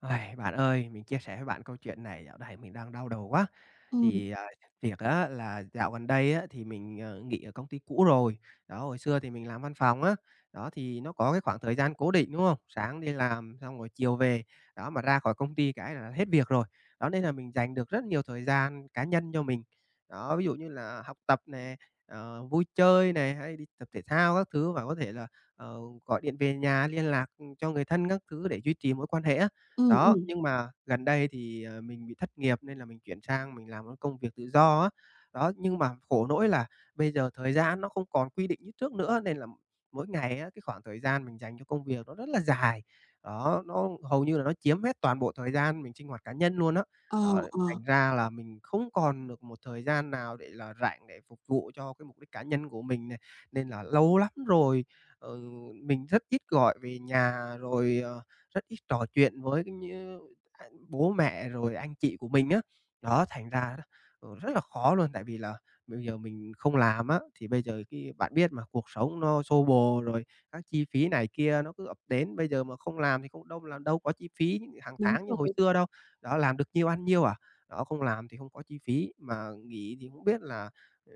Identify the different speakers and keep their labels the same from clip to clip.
Speaker 1: Ai, bạn ơi, mình chia sẻ với bạn câu chuyện này, dạo này mình đang đau đầu quá.
Speaker 2: Ừm,
Speaker 1: Thì, việc á là dạo gần đây á thì mình, nghỉ ở công ty cũ rồi. Đó, hồi xưa thì mình làm văn phòng á, đó, thì nó có cái khoảng thời gian cố định, đúng không? Sáng đi làm xong rồi chiều về, đó, mà ra khỏi công ty cái là hết việc rồi. Đó, nên là mình dành được rất nhiều thời gian cá nhân cho mình. Đó, ví dụ như là học tập này, vui chơi này, hay đi tập thể thao các thứ và có thể là, ờ, gọi điện về nhà liên lạc, cho người thân các thứ để duy trì mối quan hệ á.
Speaker 2: ừm,
Speaker 1: Đó,
Speaker 2: ừm.
Speaker 1: nhưng mà gần đây thì, mình bị thất nghiệp nên là mình chuyển sang mình làm cái công việc tự do á. Đó, nhưng mà khổ nỗi là bây giờ thời gian nó không còn quy định như trước nữa, nên là mỗi ngày á, cái khoảng thời gian mình dành cho công việc nó rất là dài. Đó, nó hầu như là nó chiếm hết toàn bộ thời gian mình sinh hoạt cá nhân luôn á.
Speaker 2: Ờ,
Speaker 1: Đó,
Speaker 2: ờ,
Speaker 1: thành ra là mình không còn được một thời gian nào để là rảnh để phục vụ cho cái mục đích cá nhân của mình này, nên là lâu lắm rồi, ờ, mình rất ít gọi về nhà rồi, rất ít trò chuyện với như, bố mẹ rồi anh chị của mình á. Đó, thành ra đó, rất là khó luôn, tại vì là bây giờ mình không làm á, thì bây giờ cái bạn biết mà, cuộc sống nó xô bồ rồi, các chi phí này kia nó cứ ập đến, bây giờ mà không làm thì không đâu làm đâu có chi phí hàng
Speaker 2: đúng
Speaker 1: tháng như hồi
Speaker 2: rồi.
Speaker 1: xưa đâu. Đó, làm được nhiêu ăn nhiêu à. Đó, không làm thì không có chi phí, mà nghỉ thì không biết là, ừ,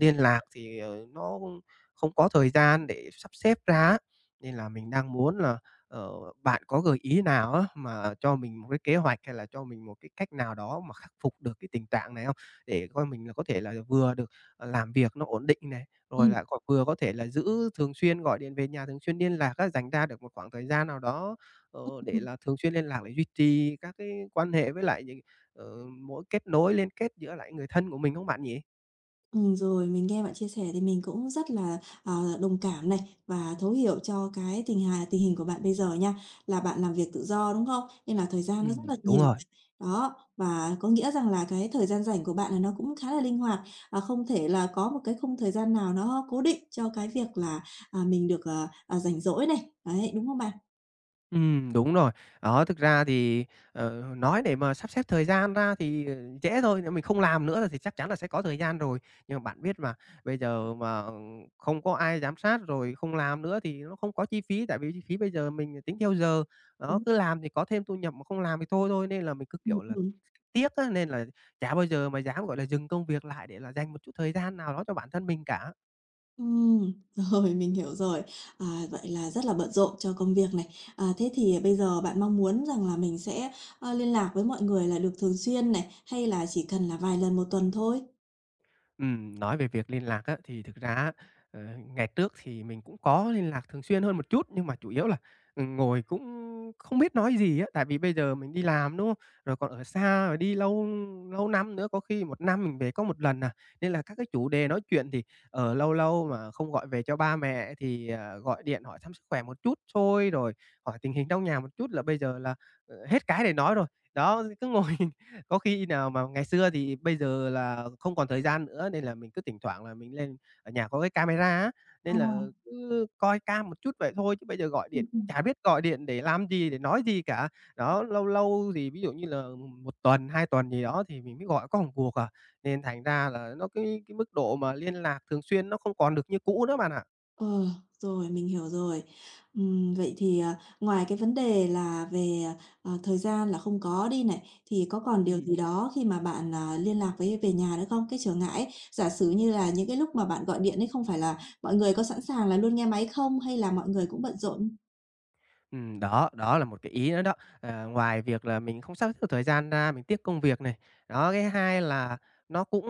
Speaker 1: liên lạc thì, nó không không có thời gian để sắp xếp ra á. Nên là mình đang muốn là, Ờ, bạn có gợi ý nào á, mà cho mình một cái kế hoạch, hay là cho mình một cái cách nào đó mà khắc phục được cái tình trạng này không? Để coi mình là có thể là vừa được, làm việc nó ổn định này, rồi
Speaker 2: Ừm,
Speaker 1: là còn vừa có thể là giữ thường xuyên gọi điện về nhà, thường xuyên liên lạc á, dành ra được một khoảng thời gian nào đó, để
Speaker 2: ừm,
Speaker 1: là thường xuyên liên lạc để duy trì các cái quan hệ với lại những, mối kết nối, liên kết giữa lại người thân của mình không bạn nhỉ?
Speaker 2: rồi mình nghe bạn chia sẻ thì mình cũng rất là, đồng cảm này, và thấu hiểu cho cái tình hình của bạn bây giờ nha. Là bạn làm việc tự do, đúng không? Nên là thời gian nó rất là
Speaker 1: Đúng
Speaker 2: nhiều
Speaker 1: rồi.
Speaker 2: này. Đó, và có nghĩa rằng là cái thời gian rảnh của bạn là nó cũng khá là linh hoạt, không thể là có một cái khung thời gian nào nó cố định cho cái việc là, mình được, rảnh rỗi này. Đấy, đúng không bạn?
Speaker 1: Đúng rồi. Đó, thực ra thì, nói để mà sắp xếp thời gian ra thì, dễ thôi, nếu mình không làm nữa thì chắc chắn là sẽ có thời gian rồi. Nhưng mà bạn biết mà, bây giờ mà không có ai giám sát rồi không làm nữa thì nó không có chi phí, tại vì chi phí bây giờ mình tính theo giờ. Đó,
Speaker 2: Ừm,
Speaker 1: cứ làm thì có thêm thu nhập, mà không làm thì thôi thôi, nên là mình cứ,
Speaker 2: ừm,
Speaker 1: kiểu là,
Speaker 2: ừm.
Speaker 1: tiếc á, nên là chả bao giờ mà dám, gọi là, dừng công việc lại để là dành một chút thời gian nào đó cho bản thân mình cả.
Speaker 2: Rồi, mình hiểu rồi. À, vậy là rất là bận rộn cho công việc này. À, thế thì bây giờ bạn mong muốn rằng là mình sẽ, liên lạc với mọi người là được thường xuyên này, hay là chỉ cần là vài lần một tuần thôi?
Speaker 1: Nói về việc liên lạc á, thì thực ra á, ờ, ngày trước thì mình cũng có liên lạc thường xuyên hơn một chút, nhưng mà chủ yếu là, ngồi cũng không biết nói gì á. Tại vì bây giờ mình đi làm, đúng không? Rồi còn ở xa, rồi đi lâu lâu năm nữa, có khi một năm mình về có một lần à, nên là các cái chủ đề nói chuyện thì, ở lâu lâu mà không gọi về cho ba mẹ thì, gọi điện hỏi thăm sức khỏe một chút thôi, rồi hỏi tình hình trong nhà một chút là bây giờ là, hết cái để nói rồi. Đó, cứ ngồi Có khi nào mà ngày xưa thì bây giờ là không còn thời gian nữa, nên là mình cứ thỉnh thoảng là mình lên, ở nhà có cái camera á,
Speaker 2: Ờ,
Speaker 1: nên là cứ coi cam một chút vậy thôi, chứ bây giờ gọi điện cũng
Speaker 2: ừm.
Speaker 1: chả biết gọi điện để làm gì, để nói gì cả. Đó, lâu lâu thì ví dụ như là một tuần, 2 tuần gì đó thì mình mới gọi có một cuộc à, nên thành ra là nó cái mức độ mà liên lạc thường xuyên nó không còn được như cũ nữa bạn ạ.
Speaker 2: Ờ, rồi, mình hiểu rồi. Vậy thì, ngoài cái vấn đề là về, thời gian là không có đi này, thì có còn điều
Speaker 1: Ừm.
Speaker 2: gì đó khi mà bạn, liên lạc với về nhà nữa không? Cái trở ngại ấy, giả sử như là những cái lúc mà bạn gọi điện ấy không phải là mọi người có sẵn sàng là luôn nghe máy không hay là mọi người cũng bận rộn?
Speaker 1: Đó, đó là một cái ý nữa đó. Ờ, ngoài việc là mình không sắp xếp được thời gian ra, mình tiếc công việc này. Đó, cái hai là nó cũng,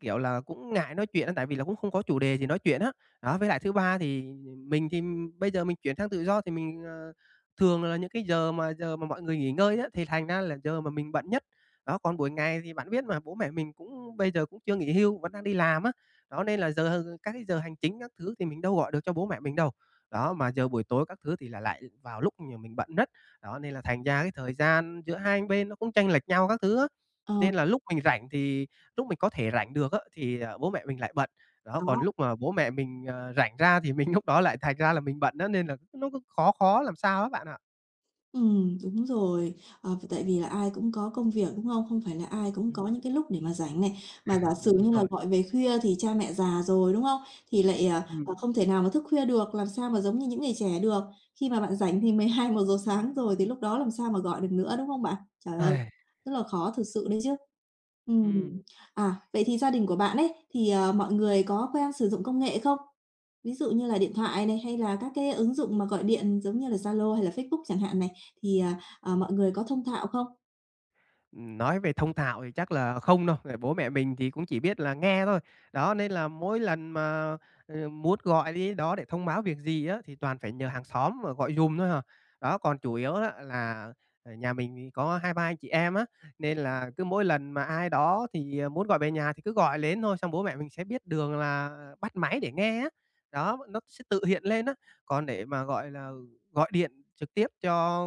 Speaker 1: kiểu là, cũng ngại nói chuyện á, tại vì là cũng không có chủ đề gì nói chuyện á. Đó, với lại thứ ba thì mình thì bây giờ mình chuyển sang tự do thì mình, thường là những cái giờ mà mọi người nghỉ ngơi á, thì thành ra là giờ mà mình bận nhất. Đó, còn buổi ngày thì bạn biết mà, bố mẹ mình cũng bây giờ cũng chưa nghỉ hưu, vẫn đang đi làm á. Đó, nên là giờ các cái giờ hành chính các thứ thì mình đâu gọi được cho bố mẹ mình đâu. Đó, mà giờ buổi tối các thứ thì là lại vào lúc nhà mình bận nhất, đó, nên là thành ra cái thời gian giữa hai bên nó cũng chênh lệch nhau các thứ á.
Speaker 2: Ờ,
Speaker 1: Nên là lúc mình rảnh thì lúc mình có thể rảnh được á, thì, bố mẹ mình lại bận. Đó, còn
Speaker 2: đó.
Speaker 1: lúc mà bố mẹ mình, rảnh ra thì mình lúc đó lại thành ra là mình bận đó, nên là nó cứ khó khó làm sao á bạn ạ.
Speaker 2: Ừ, đúng rồi. Ờ, tại vì là ai cũng có công việc, đúng không? Không phải là ai cũng
Speaker 1: Ừm,
Speaker 2: có những cái lúc để mà rảnh này. Mà giả sử
Speaker 1: đúng
Speaker 2: như là
Speaker 1: rồi.
Speaker 2: gọi về khuya thì cha mẹ già rồi, đúng không? Thì lại,
Speaker 1: Ừm.
Speaker 2: không thể nào mà thức khuya được, làm sao mà giống như những người trẻ được. Khi mà bạn rảnh thì mười hai, một giờ sáng rồi thì lúc đó làm sao mà gọi được nữa, đúng không bạn? Trời ơi, rất là khó thực sự đấy chứ. Ừ.
Speaker 1: Ừm.
Speaker 2: À, vậy thì gia đình của bạn ấy, thì, mọi người có quen sử dụng công nghệ không? Ví dụ như là điện thoại này, hay là các cái ứng dụng mà gọi điện giống như là Zalo hay là Facebook chẳng hạn này, thì, mọi người có thông thạo không?
Speaker 1: Nói về thông thạo thì chắc là không đâu, tại bố mẹ mình thì cũng chỉ biết là nghe thôi. Đó, nên là mỗi lần mà, muốn gọi đi đó để thông báo việc gì á, thì toàn phải nhờ hàng xóm mà gọi giùm thôi hả? Đó, còn chủ yếu á là, nhà mình thì có 2 3 anh chị em á, nên là cứ mỗi lần mà ai đó thì, muốn gọi về nhà thì cứ gọi đến thôi, xong bố mẹ mình sẽ biết đường là bắt máy để nghe á. Đó, nó sẽ tự hiện lên á, còn để mà, gọi là, gọi điện trực tiếp cho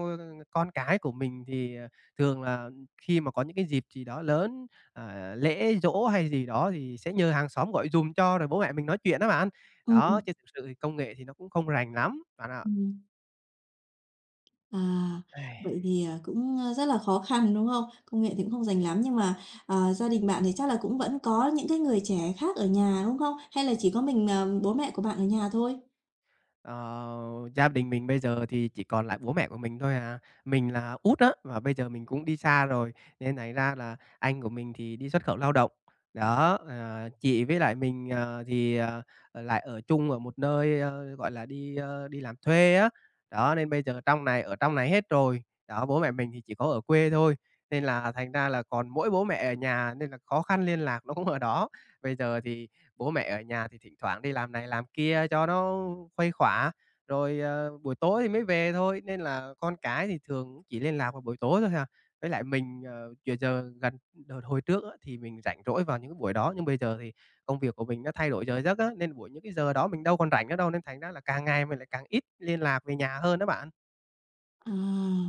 Speaker 1: con cái của mình thì, thường là khi mà có những cái dịp gì đó lớn, lễ giỗ hay gì đó thì sẽ nhờ hàng xóm gọi giùm cho rồi bố mẹ mình nói chuyện á bạn.
Speaker 2: Ừm, ừm,
Speaker 1: Đó, chứ thực sự thì công nghệ thì nó cũng không rành lắm, bạn ạ.
Speaker 2: ừm. À,
Speaker 1: Ai.
Speaker 2: vậy thì, cũng, rất là khó khăn, đúng không? Công nghệ thì cũng không rành lắm, nhưng mà, gia đình bạn thì chắc là cũng vẫn có những cái người trẻ khác ở nhà, đúng không? Hay là chỉ có mình, bố mẹ của bạn ở nhà thôi?
Speaker 1: Ờ, gia đình mình bây giờ thì chỉ còn lại bố mẹ của mình thôi à. Mình là út á, và bây giờ mình cũng đi xa rồi, nên thành ra là anh của mình thì đi xuất khẩu lao động. Đó, chị với lại mình, lại ở chung một nơi, gọi là, đi, đi làm thuê á. Đó, nên bây giờ trong này ở trong này hết rồi. Đó, bố mẹ mình thì chỉ có ở quê thôi, nên là thành ra là còn mỗi bố mẹ ở nhà, nên là khó khăn liên lạc nó cũng ở đó. Bây giờ thì bố mẹ ở nhà thì thỉnh thoảng đi làm này làm kia cho nó khuây khỏa, rồi, buổi tối thì mới về thôi, nên là con cái thì thường cũng chỉ liên lạc vào buổi tối thôi hà. Với lại mình, giờ giờ gần đợt hồi trước á, thì mình rảnh rỗi vào những cái buổi đó, nhưng bây giờ thì công việc của mình nó thay đổi giờ giấc á, nên buổi những cái giờ đó mình đâu còn rảnh nữa đâu, nên thành ra là càng ngày mình lại càng ít liên lạc về nhà hơn đó bạn.
Speaker 2: À,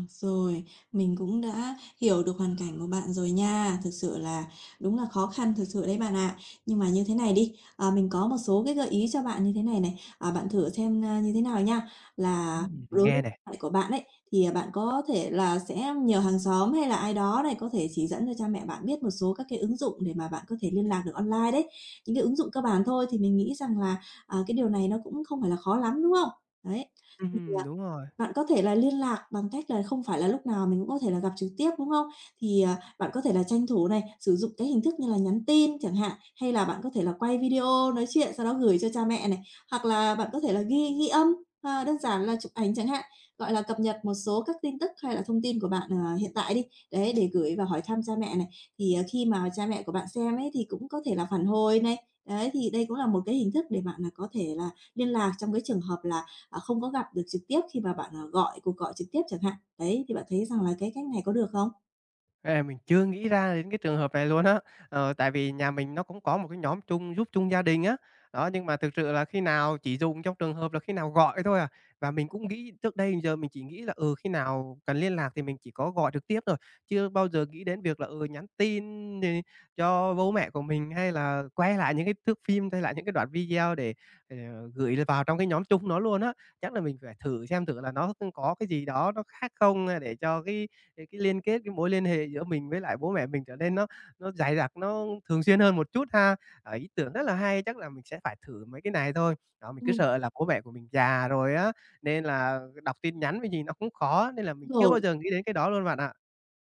Speaker 2: rồi, mình cũng đã hiểu được hoàn cảnh của bạn rồi nha. Thực sự là đúng là khó khăn thực sự đấy bạn ạ. Nhưng mà như thế này đi, à, mình có một số cái gợi ý cho bạn như thế này này, à, bạn thử xem, như thế nào nha. Là
Speaker 1: Ừm. Mình
Speaker 2: đối với
Speaker 1: nghe
Speaker 2: cha
Speaker 1: nè.
Speaker 2: mẹ của bạn ấy, thì, bạn có thể là sẽ nhờ hàng xóm hay là ai đó này có thể chỉ dẫn cho cha mẹ bạn biết một số các cái ứng dụng để mà bạn có thể liên lạc được online đấy. Những cái ứng dụng cơ bản thôi thì mình nghĩ rằng là, cái điều này nó cũng không phải là khó lắm, đúng không? Đấy, thì,
Speaker 1: Đúng rồi.
Speaker 2: bạn có thể là liên lạc bằng cách là không phải là lúc nào mình cũng có thể là gặp trực tiếp, đúng không? Thì, bạn có thể là tranh thủ này, sử dụng cái hình thức như là nhắn tin chẳng hạn, hay là bạn có thể là quay video nói chuyện sau đó gửi cho cha mẹ này, hoặc là bạn có thể là ghi ghi âm, đơn giản là chụp ảnh chẳng hạn, gọi là, cập nhật một số các tin tức hay là thông tin của bạn, hiện tại đi, đấy, để gửi và hỏi thăm cha mẹ này. Thì, khi mà cha mẹ của bạn xem ấy thì cũng có thể là phản hồi này, đấy, thì đây cũng là một cái hình thức để bạn là có thể là liên lạc trong cái trường hợp là không có gặp được trực tiếp khi mà bạn, gọi cuộc gọi trực tiếp chẳng hạn. Đấy, thì bạn thấy rằng là cái cách này có được không?
Speaker 1: À, mình chưa nghĩ ra đến cái trường hợp này luôn á. Ờ, tại vì nhà mình nó cũng có một cái nhóm chung giúp chung gia đình á. Đó, nhưng mà thực sự là khi nào chỉ dùng trong trường hợp là khi nào gọi thôi à. Và mình cũng nghĩ trước đây giờ mình chỉ nghĩ là, khi nào cần liên lạc thì mình chỉ có gọi trực tiếp thôi, chưa bao giờ nghĩ đến việc là, nhắn tin thì cho bố mẹ của mình, hay là quay lại những cái thước phim, quay lại những cái đoạn video để, ờ, gửi vào trong cái nhóm chung nó luôn á. Chắc là mình phải thử xem thử là nó, có cái gì đó nó khác không, để cho cái cái liên kết, cái mối liên hệ giữa mình với lại bố mẹ mình trở nên nó dày đặc, nó thường xuyên hơn một chút ha. Ờ, ý tưởng rất là hay, chắc là mình sẽ phải thử mấy cái này thôi. Đó, mình cứ
Speaker 2: Ừm,
Speaker 1: sợ là bố mẹ của mình già rồi á, nên là đọc tin nhắn với gì nó cũng khó, nên là mình
Speaker 2: đúng
Speaker 1: chưa
Speaker 2: rồi.
Speaker 1: bao giờ nghĩ đến cái đó luôn bạn ạ.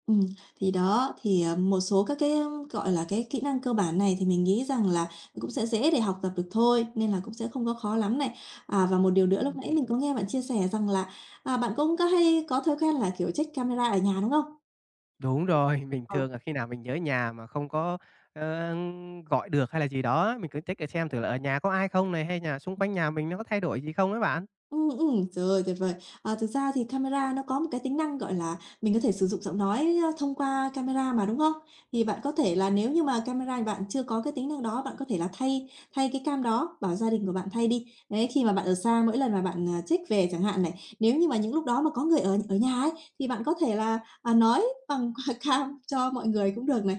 Speaker 2: Ừm, thì đó, thì, một số các cái, gọi là, cái kỹ năng cơ bản này thì mình nghĩ rằng là cũng sẽ dễ để học tập được thôi, nên là cũng sẽ không có khó lắm này. À, và một điều nữa lúc nãy
Speaker 1: Ừm,
Speaker 2: mình có nghe bạn chia sẻ rằng là, bạn cũng có hay có thói quen là, kiểu, check camera ở nhà, đúng không?
Speaker 1: đúng rồi, mình
Speaker 2: Ờ.
Speaker 1: thường là khi nào mình nhớ nhà mà không có, ơ, gọi được hay là gì đó, mình cứ check để xem thử là ở nhà có ai không này, hay nhà xung quanh nhà mình nó có thay đổi gì không ấy bạn.
Speaker 2: Ừ, trời ơi, tuyệt vời! À, thực ra thì camera nó có một cái tính năng, gọi là, mình có thể sử dụng giọng nói, thông qua camera mà, đúng không? Thì bạn có thể là nếu như mà camera bạn chưa có cái tính năng đó, bạn có thể là thay thay cái cam đó, bảo gia đình của bạn thay đi. Đấy, khi mà bạn ở xa mỗi lần mà bạn, check về chẳng hạn này, nếu như mà những lúc đó mà có người ở ở nhà ấy, thì bạn có thể là, nói bằng qua cam cho mọi người cũng được này.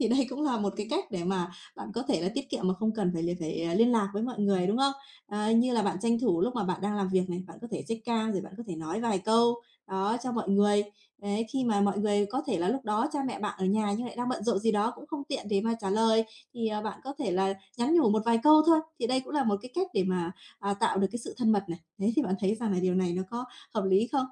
Speaker 2: Thì đây cũng là một cái cách để mà bạn có thể là tiết kiệm mà không cần phải liên lạc với mọi người, đúng không? Ờ, như là bạn tranh thủ lúc mà bạn đang làm việc này, bạn có thể check cam rồi bạn có thể nói vài câu, đó, cho mọi người. Đấy, khi mà mọi người có thể là lúc đó cha mẹ bạn ở nhà nhưng lại đang bận rộn gì đó cũng không tiện để mà trả lời, thì, bạn có thể là nhắn nhủ một vài câu thôi. Thì đây cũng là một cái cách để mà, tạo được cái sự thân mật này. Thế thì bạn thấy rằng là điều này nó có hợp lý không?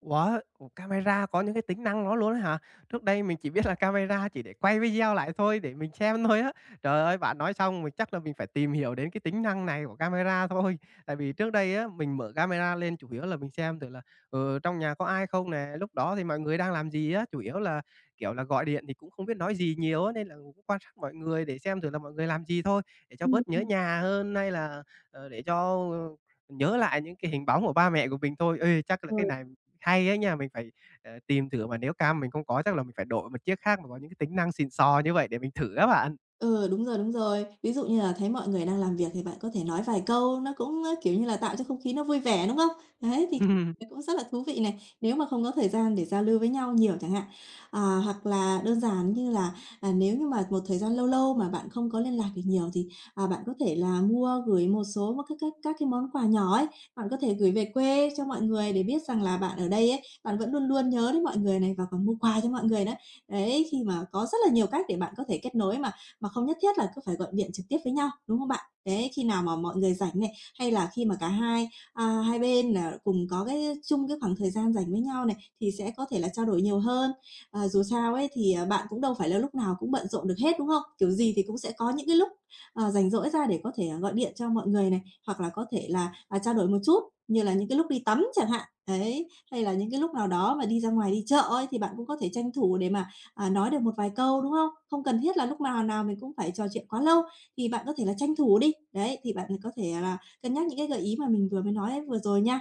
Speaker 1: Wow! Ủa, camera có những cái tính năng đó luôn á hả? Trước đây mình chỉ biết là camera chỉ để quay video lại thôi, để mình xem thôi á. Trời ơi, bạn nói xong mình chắc là mình phải tìm hiểu đến cái tính năng này của camera thôi. Tại vì trước đây á, mình mở camera lên chủ yếu là mình xem thử là, trong nhà có ai không nè, lúc đó thì mọi người đang làm gì á. Chủ yếu là, kiểu là, gọi điện thì cũng không biết nói gì nhiều á, nên là cũng quan sát mọi người để xem thử là mọi người làm gì thôi, để cho
Speaker 2: Ừm,
Speaker 1: bớt nhớ
Speaker 2: ừm.
Speaker 1: nhà hơn, hay là, ờ, để cho, ờ, nhớ lại những cái hình bóng của ba mẹ của mình thôi. Ê, chắc là
Speaker 2: Ờ.
Speaker 1: cái này hay ấy nha, mình phải, tìm thử mà nếu cam mình không có chắc là mình phải đổi một chiếc khác mà có những cái tính năng xịn sò như vậy để mình thử á bạn.
Speaker 2: Ừ, đúng rồi, đúng rồi. Ví dụ như là thấy mọi người đang làm việc thì bạn có thể nói vài câu, nó cũng, kiểu như là, tạo cho không khí nó vui vẻ, đúng không? Đấy, thì cũng rất là thú vị này, nếu mà không có thời gian để giao lưu với nhau nhiều chẳng hạn. À, hoặc là đơn giản như là, nếu như mà một thời gian lâu lâu mà bạn không có liên lạc được nhiều thì, bạn có thể là mua gửi một số một các cái món quà nhỏ ấy, bạn có thể gửi về quê cho mọi người để biết rằng là bạn ở đây ấy, bạn vẫn luôn luôn nhớ đến mọi người này và còn mua quà cho mọi người nữa. Đấy, khi mà có rất là nhiều cách để bạn có thể kết nối mà không nhất thiết là cứ phải gọi điện trực tiếp với nhau, đúng không bạn? Đấy, khi nào mà mọi người rảnh này, hay là khi mà cả hai, à, hai bên là cùng có cái chung cái khoảng thời gian rảnh với nhau này, thì sẽ có thể là trao đổi nhiều hơn. Ờ, dù sao ấy thì, bạn cũng đâu phải là lúc nào cũng bận rộn được hết, đúng không? Kiểu gì thì cũng sẽ có những cái lúc, rảnh rỗi ra để có thể, gọi điện cho mọi người này, hoặc là có thể là, trao đổi một chút, như là những cái lúc đi tắm chẳng hạn, đấy, hay là những cái lúc nào đó mà đi ra ngoài đi chợ ấy, thì bạn cũng có thể tranh thủ để mà nói được một vài câu, đúng không? Không cần thiết là lúc nào nào mình cũng phải trò chuyện quá lâu, thì bạn có thể là tranh thủ đi. Đấy, thì bạn có thể là cân nhắc những cái gợi ý mà mình vừa mới nói vừa rồi nha.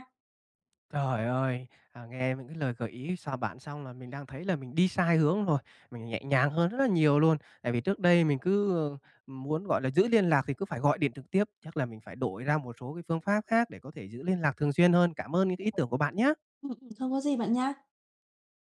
Speaker 1: Trời ơi, nghe những cái lời gợi ý của bạn xong là mình đang thấy là mình đi sai hướng rồi, mình nhẹ nhàng hơn rất là nhiều luôn. Tại vì trước đây mình cứ, muốn, gọi là, giữ liên lạc thì cứ phải gọi điện trực tiếp, chắc là mình phải đổi ra một số cái phương pháp khác để có thể giữ liên lạc thường xuyên hơn. Cảm ơn những cái ý tưởng của bạn nhé.
Speaker 2: Không có gì bạn nha.